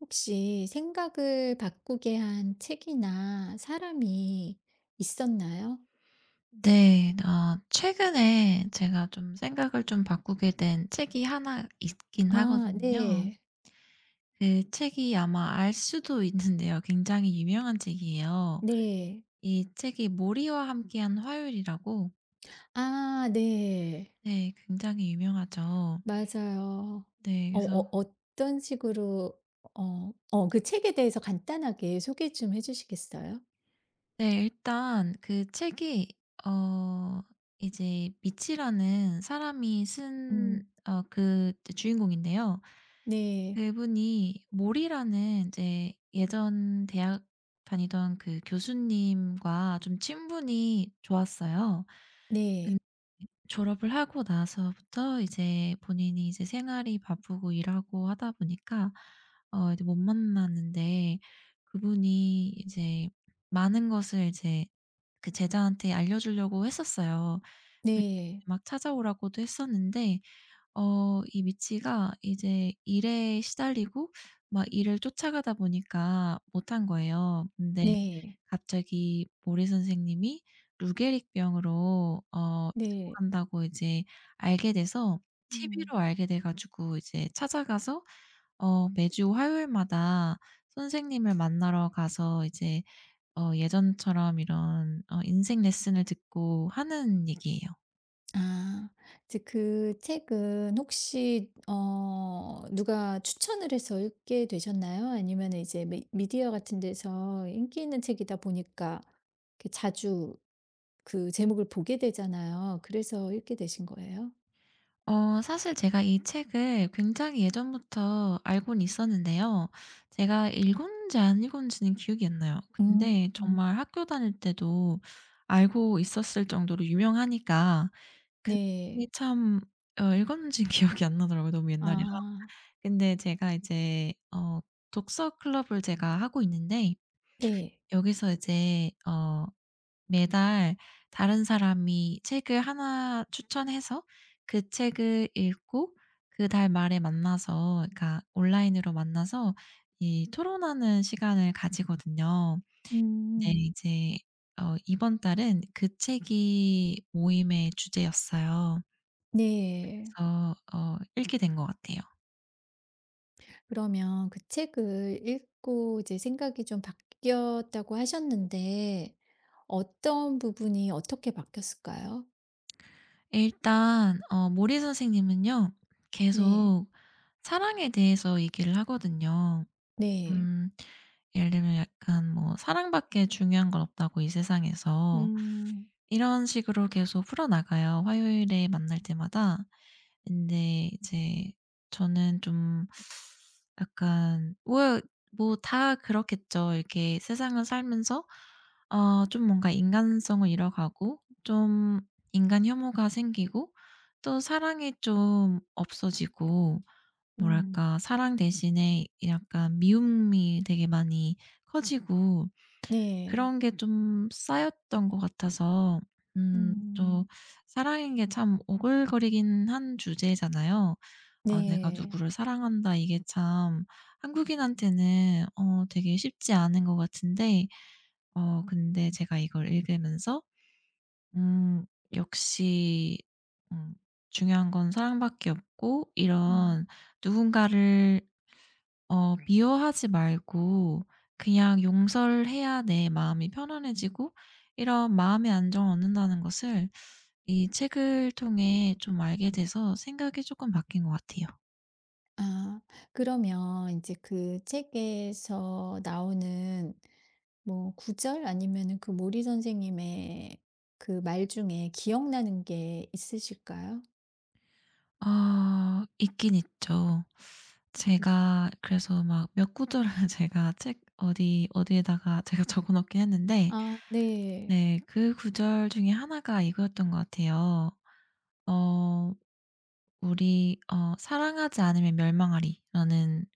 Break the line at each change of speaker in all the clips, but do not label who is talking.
혹시 생각을 바꾸게 한 책이나 사람이 있었나요?
네. 최근에 제가 좀 생각을 좀 바꾸게 된 책이 하나 있긴
아
하거든요.
네.
그 책이 아마 알 수도 있는데요. 굉장히 유명한 책이에요.
네.
이 책이 모리와 함께한 화요일이라고.
아 네.
네, 굉장히 유명하죠.
맞아요.
네, 그래서
어떤 식으로 그 책에 대해서 간단하게 소개 좀 해 주시겠어요?
네, 일단 그 책이 어 이제 미치라는 사람이 쓴,
음.
그 주인공인데요.
네.
그분이 몰이라는 이제 예전 대학 다니던 그 교수님과 좀 친분이 좋았어요. 근
네.
졸업을 하고 나서부터 이제 본인이 이제 생활이 바쁘고 일하고 하다 보니까 이제 못 만났는데 그분이 이제 많은 것을 이제 그 제자한테 알려주려고 했었어요. 그래서
네.
막 찾아오라고도 했었는데 이 미치가 이제 일에 시달리고 막 일을 쫓아가다 보니까 못한 거예요. 근데
네.
갑자기 모래 선생님이 루게릭 병으로
네.
죽어간다고 이제 알게 돼서
음.
TV로 알게 돼 가지고 이제 찾아가서 매주 화요일마다 선생님을 만나러 가서 이제 예전처럼 이런 인생 레슨을 듣고 하는 얘기예요.
아. 이제 그 책은 혹시 누가 추천을 해서 읽게 되셨나요? 아니면 이제 미 미디어 같은 데서 인기 있는 책이다 보니까 이렇게 자주 그 제목을 보게 되잖아요. 그래서 읽게 되신 거예요?
사실 제가 이 책을 굉장히 예전부터 알고는 있었는데요. 제가 읽었는지 안 읽었는지는 기억이 안 나요.
음.
근데
음.
정말 학교 다닐 때도 알고 있었을 정도로 유명하니까.
네.
근데 참 읽었는지는 기억이 안 나더라고요, 너무 옛날이라.
아.
근데 제가 이제 독서 클럽을 제가 하고 있는데,
네.
여기서 이제 매달 다른 사람이 책을 하나 추천해서 그 책을 읽고 그 달 말에 만나서, 그러니까 온라인으로 만나서 이 토론하는 시간을 가지거든요. 네,
음.
이제 이번 달은 그 책이 모임의 주제였어요.
네.
그래서 읽게 된 것 같아요.
그러면 그 책을 읽고 이제 생각이 좀 바뀌었다고 하셨는데 어떤 부분이 어떻게 바뀌었을까요?
일단 모리 선생님은요
네.
계속 사랑에 대해서 얘기를 하거든요.
네.
음. 예를 들면 약간 뭐 "사랑밖에 중요한 건 없다."고, "이 세상에서."
음.
이런 식으로 계속 풀어나가요, 화요일에 만날 때마다. 근데 이제 저는 좀 약간 뭐 다 그렇겠죠. 이렇게 세상을 살면서 좀 뭔가 인간성을 잃어가고 좀 인간 혐오가 생기고 또 사랑이 좀 없어지고,
음.
뭐랄까 사랑 대신에 약간 미움이 되게 많이 커지고
네.
그런 게 좀 쌓였던 것 같아서. 음, 또
음.
사랑인 게 참 오글거리긴 한 주제잖아요. '아, 내가
네.
누구를 사랑한다.' 이게 참 한국인한테는 되게 쉽지 않은 것 같은데, 근데 제가 이걸 읽으면서 음 역시 음 '중요한 건 사랑밖에 없고
음.
이런 누군가를 네, 미워하지 말고 그냥 용서를 해야 내 마음이 편안해지고 이런 마음의 안정을 얻는다.'는 것을 이 책을 통해 좀 알게 돼서 생각이 조금 바뀐 것 같아요.
아 그러면 이제 그 책에서 나오는 뭐 구절 아니면은 그 모리 선생님의 그 말 중에 기억나는 게 있으실까요?
있긴 있죠.
음.
제가 그래서 막 몇 구절을 제가 책 어디 어디에다가 제가 적어 놓긴 했는데
아 네.
네, 그 구절 중에 하나가 이거였던 것 같아요. 어 우리 "사랑하지 않으면 멸망하리."라는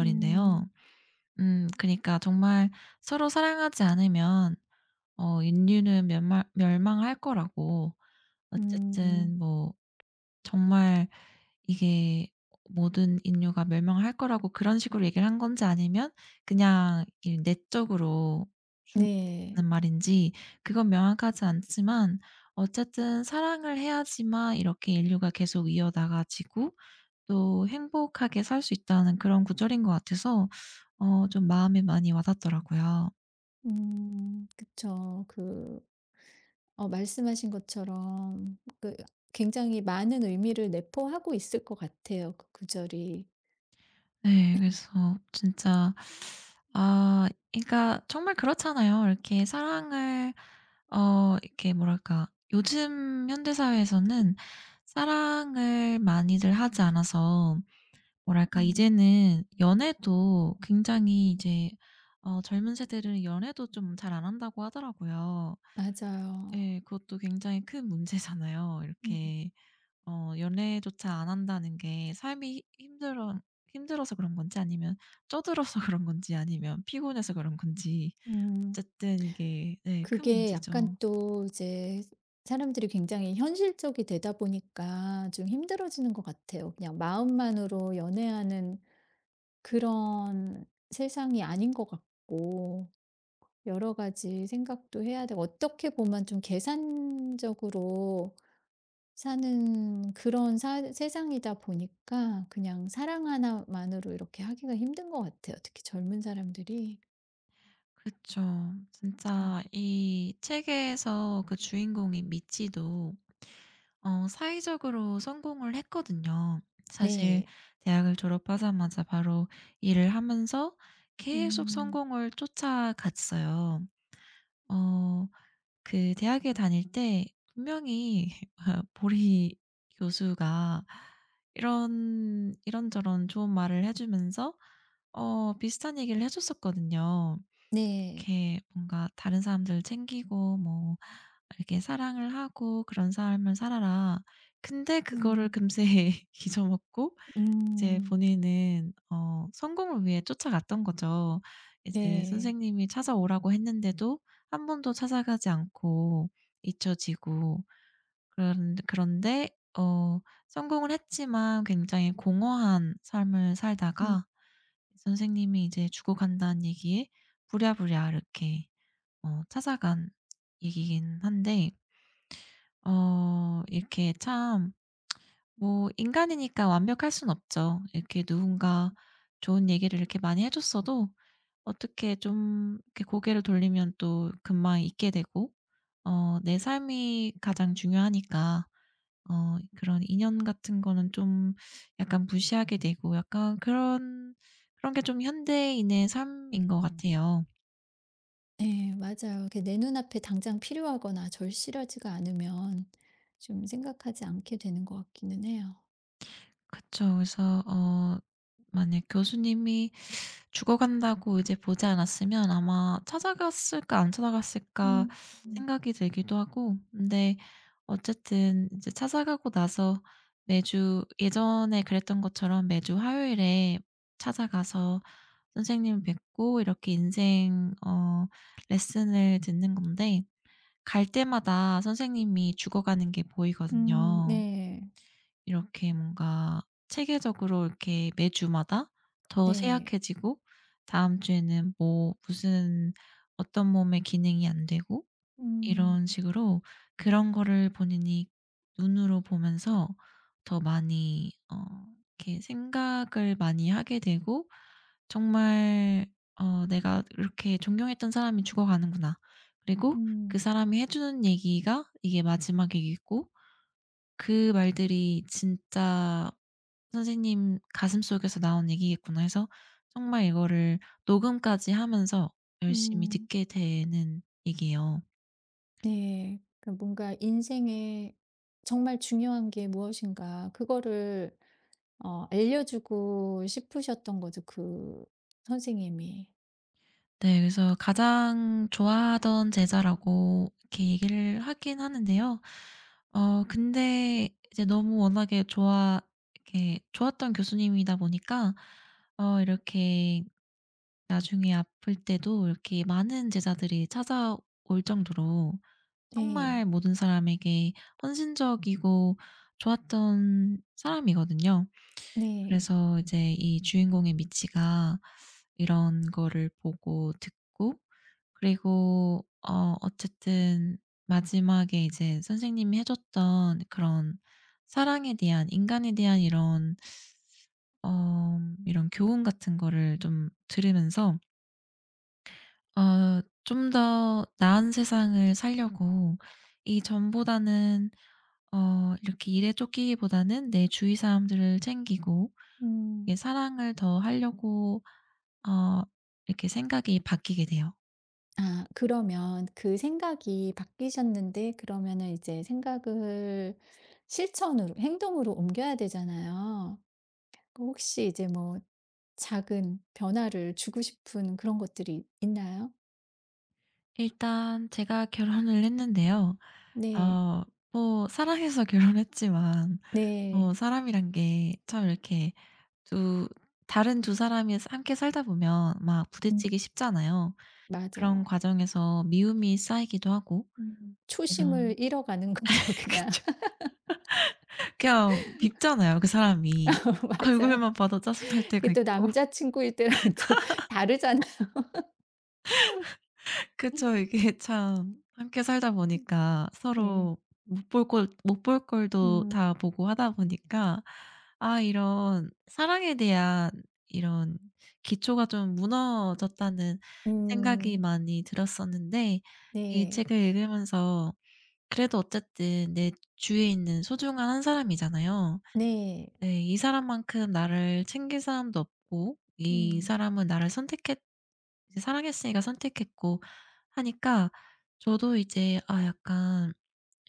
음.
음, 그니까 정말 서로 사랑하지 않으면 인류는 멸망할 거라고,
음.
어쨌든 뭐 정말 이게 모든 인류가 멸망할 거라고 그런 식으로 얘기를 한 건지, 아니면 그냥 이 내적으로
네.
중요하다는 말인지 그건 명확하지 않지만, 어쨌든 사랑을 해야지만 이렇게 인류가 계속 이어나가지고 또 행복하게 살 수 있다는 그런 구절인 것 같아서 좀 마음에 많이 와닿더라고요.
음. 그쵸. 그 말씀하신 것처럼 그 굉장히 많은 의미를 내포하고 있을 것 같아요, 그 구절이.
네.
음.
그래서 진짜 아, 그러니까 정말 그렇잖아요. 이렇게 사랑을 이렇게 뭐랄까 요즘 현대 사회에서는 사랑을 많이들 하지 않아서, 뭐랄까
음
이제는 연애도 굉장히 이제 젊은 세대들은 연애도 좀 잘 안 한다고 하더라고요.
맞아요.
예. 그것도 굉장히 큰 문제잖아요.
음.
이렇게 연애조차 안 한다는 게 삶이 힘들어서 그런 건지, 아니면 쪄들어서 그런 건지, 아니면 피곤해서 그런 건지,
음.
어쨌든 이게 네, 큰
그게 약간
문제죠.
또 이제 사람들이 굉장히 현실적이 되다 보니까 좀 힘들어지는 것 같아요. 그냥 마음만으로 연애하는 그런 세상이 아닌 것 같고, 여러 가지 생각도 해야 되고, 어떻게 보면 좀 계산적으로 사는 그런 세상이다 보니까 그냥 사랑 하나만으로 이렇게 하기가 힘든 것 같아요. 특히 젊은 사람들이.
그렇죠.
음.
진짜 이 책에서 그 주인공인 미치도 사회적으로 성공을 했거든요, 사실.
네.
대학을 졸업하자마자 바로 일을 하면서 계속
음,
성공을 쫓아갔어요. 어 그 대학에 다닐 때 분명히 보리 교수가 이런저런 좋은 말을 해 주면서 비슷한 얘기를 해 줬었거든요.
네.
이렇게 뭔가 "다른 사람들 챙기고, 뭐 이렇게 사랑을 하고 그런 삶을 살아라." 근데 그거를
음.
금세 잊어먹고 이제
음.
본인은 성공을 위해 쫓아갔던 거죠. 이제
네.
선생님이 찾아오라고 했는데도 한 번도 찾아가지 않고 잊혀지고. 그런데 어 성공을 했지만 굉장히 공허한 삶을
음.
살다가 선생님이 이제 "죽어 간다."는 얘기에 부랴부랴 이렇게 찾아간 얘기긴 한데, 이렇게 참 뭐 인간이니까 완벽할 순 없죠. 이렇게 누군가 좋은 얘기를 이렇게 많이 해 줬어도 어떻게 좀 이렇게 고개를 돌리면 또 금방 잊게 되고, 내 삶이 가장 중요하니까 그런 인연 같은 거는 좀 약간 무시하게 되고, 약간 그런 게 좀 현대인의 삶인 것 같아요.
네 맞아요. 이게 내 눈앞에 당장 필요하거나 절실하지가 않으면 좀 생각하지 않게 되는 것 같기는 해요.
그쵸. 그래서 만약 교수님이 죽어간다고 이제 보지 않았으면 아마 '찾아갔을까 안 찾아갔을까.'
음. 음
생각이 들기도 하고. 근데 어쨌든 이제 찾아가고 나서 매주, 예전에 그랬던 것처럼 매주 화요일에 찾아가서 선생님을 뵙고 이렇게 인생 레슨을 듣는 건데, 갈 때마다 선생님이 죽어가는 게 보이거든요.
네.
이렇게 뭔가 체계적으로 이렇게 매주마다 더
네.
세약해지고 다음 주에는 뭐 무슨 어떤 몸의 기능이 안 되고
음.
이런 식으로. 그런 거를 본인이 눈으로 보면서 더 많이 이렇게 생각을 많이 하게 되고, 정말 '내가 이렇게 존경했던 사람이 죽어가는구나.' 그리고 그
음.
사람이 해 주는 얘기가 이게 마지막 얘기고, 그 말들이 진짜 '선생님 가슴속에서 나온 얘기겠구나.' 해서 정말 이거를 녹음까지 하면서 열심히
음.
듣게 되는 얘기예요.
네. 그 뭔가 인생에 정말 중요한 게 무엇인가 그거를 알려주고 싶으셨던 거죠, 그 선생님이.
네, 그래서 가장 좋아하던 제자라고 이렇게 얘기를 하긴 하는데요. 근데 이제 너무 워낙에 좋아 이렇게 좋았던 교수님이다 보니까 이렇게 나중에 아플 때도 이렇게 많은 제자들이 찾아올 정도로 정말
네.
모든 사람에게 헌신적이고 좋았던 사람이거든요.
네.
그래서 이제 이 주인공의 미치가 이런 거를 보고 듣고, 그리고 어쨌든 마지막에 이제 선생님이 해 줬던 그런 사랑에 대한, 인간에 대한 이런 어 이런 교훈 같은 거를 좀 들으면서 좀 더 나은 세상을 살려고, 이 전보다는 이렇게 일에 쫓기기보다는 내 주위 사람들을 챙기고,
음.
이게 사랑을 더 하려고 어 이렇게 생각이 바뀌게 돼요.
아 그러면 그 생각이 바뀌셨는데 그러면은 이제 생각을 실천으로 행동으로 옮겨야 되잖아요. 그 혹시 이제 뭐 작은 변화를 주고 싶은 그런 것들이 있나요?
일단 제가 결혼을 했는데요.
네.
어 뭐 사랑해서 결혼했지만 뭐
네.
사람이란 게 참 이렇게 두 다른 두 사람이 함께 살다 보면 막
음
부딪히기 쉽잖아요. 그런
맞아요.
과정에서 미움이 쌓이기도 하고,
음.
이런.
초심을 잃어가는 거죠 그냥.
그쵸. 그냥 밉잖아요, 그 사람이.
맞아요.
얼굴만 봐도 짜증날 때가
이게 또
있고.
남자 친구일 때랑 또 다르잖아요.
그쵸. 이게 참 함께 살다 보니까
네.
서로 못 볼 걸도
음.
다 보고 하다 보니까, 아 이런 사랑에 대한 이런 기초가 좀 무너졌다는 생각이
음.
많이 들었었는데, 이
네.
책을 읽으면서 그래도 어쨌든 내 주위에 있는 소중한 한 사람이잖아요.
네.
네. 이 사람만큼 나를 챙길 사람도 없고, 이
음.
사람은 나를 선택했 이제 사랑했으니까 선택했고, 하니까 저도 이제 아 약간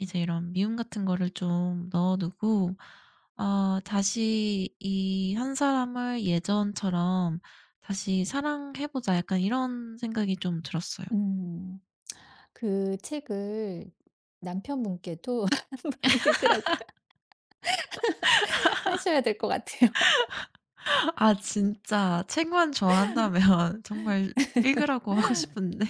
이제 이런 미움 같은 거를 좀 넣어 두고 아, 다시 '이 한 사람을 예전처럼 다시 사랑해 보자.' 약간 이런 생각이 좀 들었어요.
음. 그 책을 남편분께도 한번 읽으라고 하셔야 될 것 같아요.
아 진짜 책만 좋아한다면 정말 읽으라고 하고 싶은데.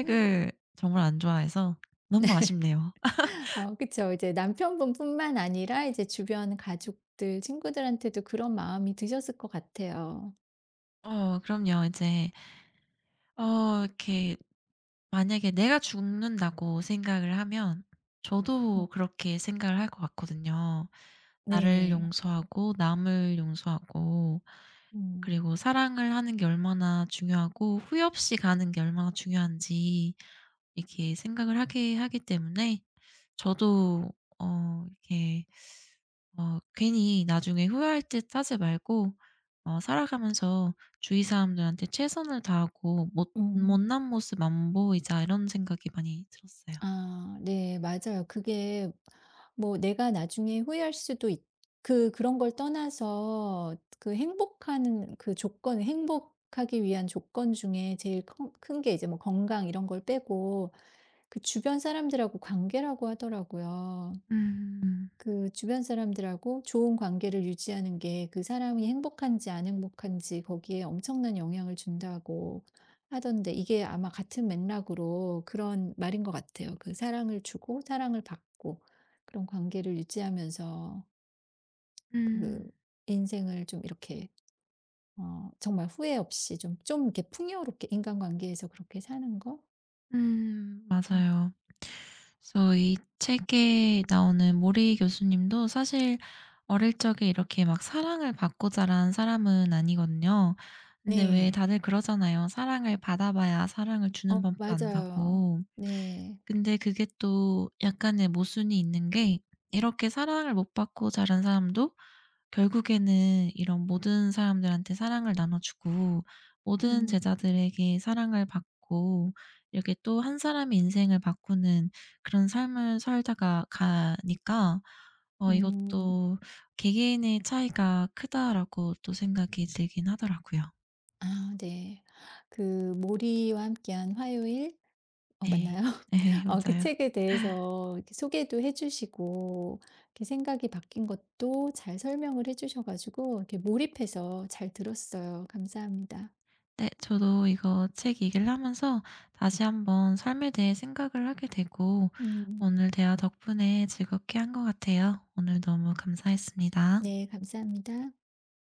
정말 안 좋아해서 너무 아쉽네요.
그쵸. 이제 남편분뿐만 아니라 이제 주변 가족들, 친구들한테도 그런 마음이 드셨을 것 같아요.
그럼요. 이제 이렇게 만약에 내가 죽는다고 생각을 하면
음
저도 그렇게 생각을 할 것 같거든요. 나를
네.
용서하고 남을 용서하고
음.
그리고 사랑을 하는 게 얼마나 중요하고, 후회 없이 가는 게 얼마나 중요한지 이렇게 생각을 하게 하기 때문에, 저도 이렇게 괜히 나중에 후회할 듯 하지 말고 살아가면서 주위 사람들한테 최선을 다하고 못
음.
못난 모습 안 보이자, 이런 생각이 많이 들었어요.
아 네 맞아요. 그게 뭐 내가 나중에 후회할 수도 있 그 그런 걸 떠나서 그 행복한 그 조건 행복하기 위한 조건 중에 제일 큰 게 이제 뭐 건강 이런 걸 빼고 그 주변 사람들하고 관계라고 하더라고요.
음.
그 주변 사람들하고 좋은 관계를 유지하는 게 그 사람이 행복한지 안 행복한지 거기에 엄청난 영향을 준다고 하던데 이게 아마 같은 맥락으로 그런 말인 것 같아요. 그 사랑을 주고 사랑을 받고 그런 관계를 유지하면서 그
음.
인생을 좀 이렇게 정말 후회 없이 좀 이렇게 풍요롭게 인간관계에서 그렇게 사는 거? 음.
맞아요. 그래서 이 책에 나오는 모리 교수님도 사실 어릴 적에 이렇게 막 사랑을 받고 자란 사람은 아니거든요. 근데 왜
네.
다들 그러잖아요. 사랑을 받아봐야 사랑을
어
주는 법도
맞아요.
안다고.
네.
근데 그게 또 약간의 모순이 있는 게, 이렇게 사랑을 못 받고 자란 사람도 결국에는 이런 모든 사람들한테 사랑을 나눠주고 모든
음.
제자들에게 사랑을 받고 이렇게 또 한 사람의 인생을 바꾸는 그런 삶을 살다가 가니까,
음.
이것도 '개개인의 차이가 크다.'라고 또 생각이 들긴 하더라고요.
아 네. 그 모리와 함께한 화요일
네.
맞나요?
네,
그
맞아요.
책에 대해서 이렇게 소개도 해 주시고 이렇게 생각이 바뀐 것도 잘 설명을 해 주셔 가지고 이렇게 몰입해서 잘 들었어요. 감사합니다.
네, 저도 이거 책 얘기를 하면서 다시 한번 삶에 대해 생각을 하게 되고,
음.
오늘 대화 덕분에 즐겁게 한 것 같아요. 오늘 너무 감사했습니다.
네 감사합니다.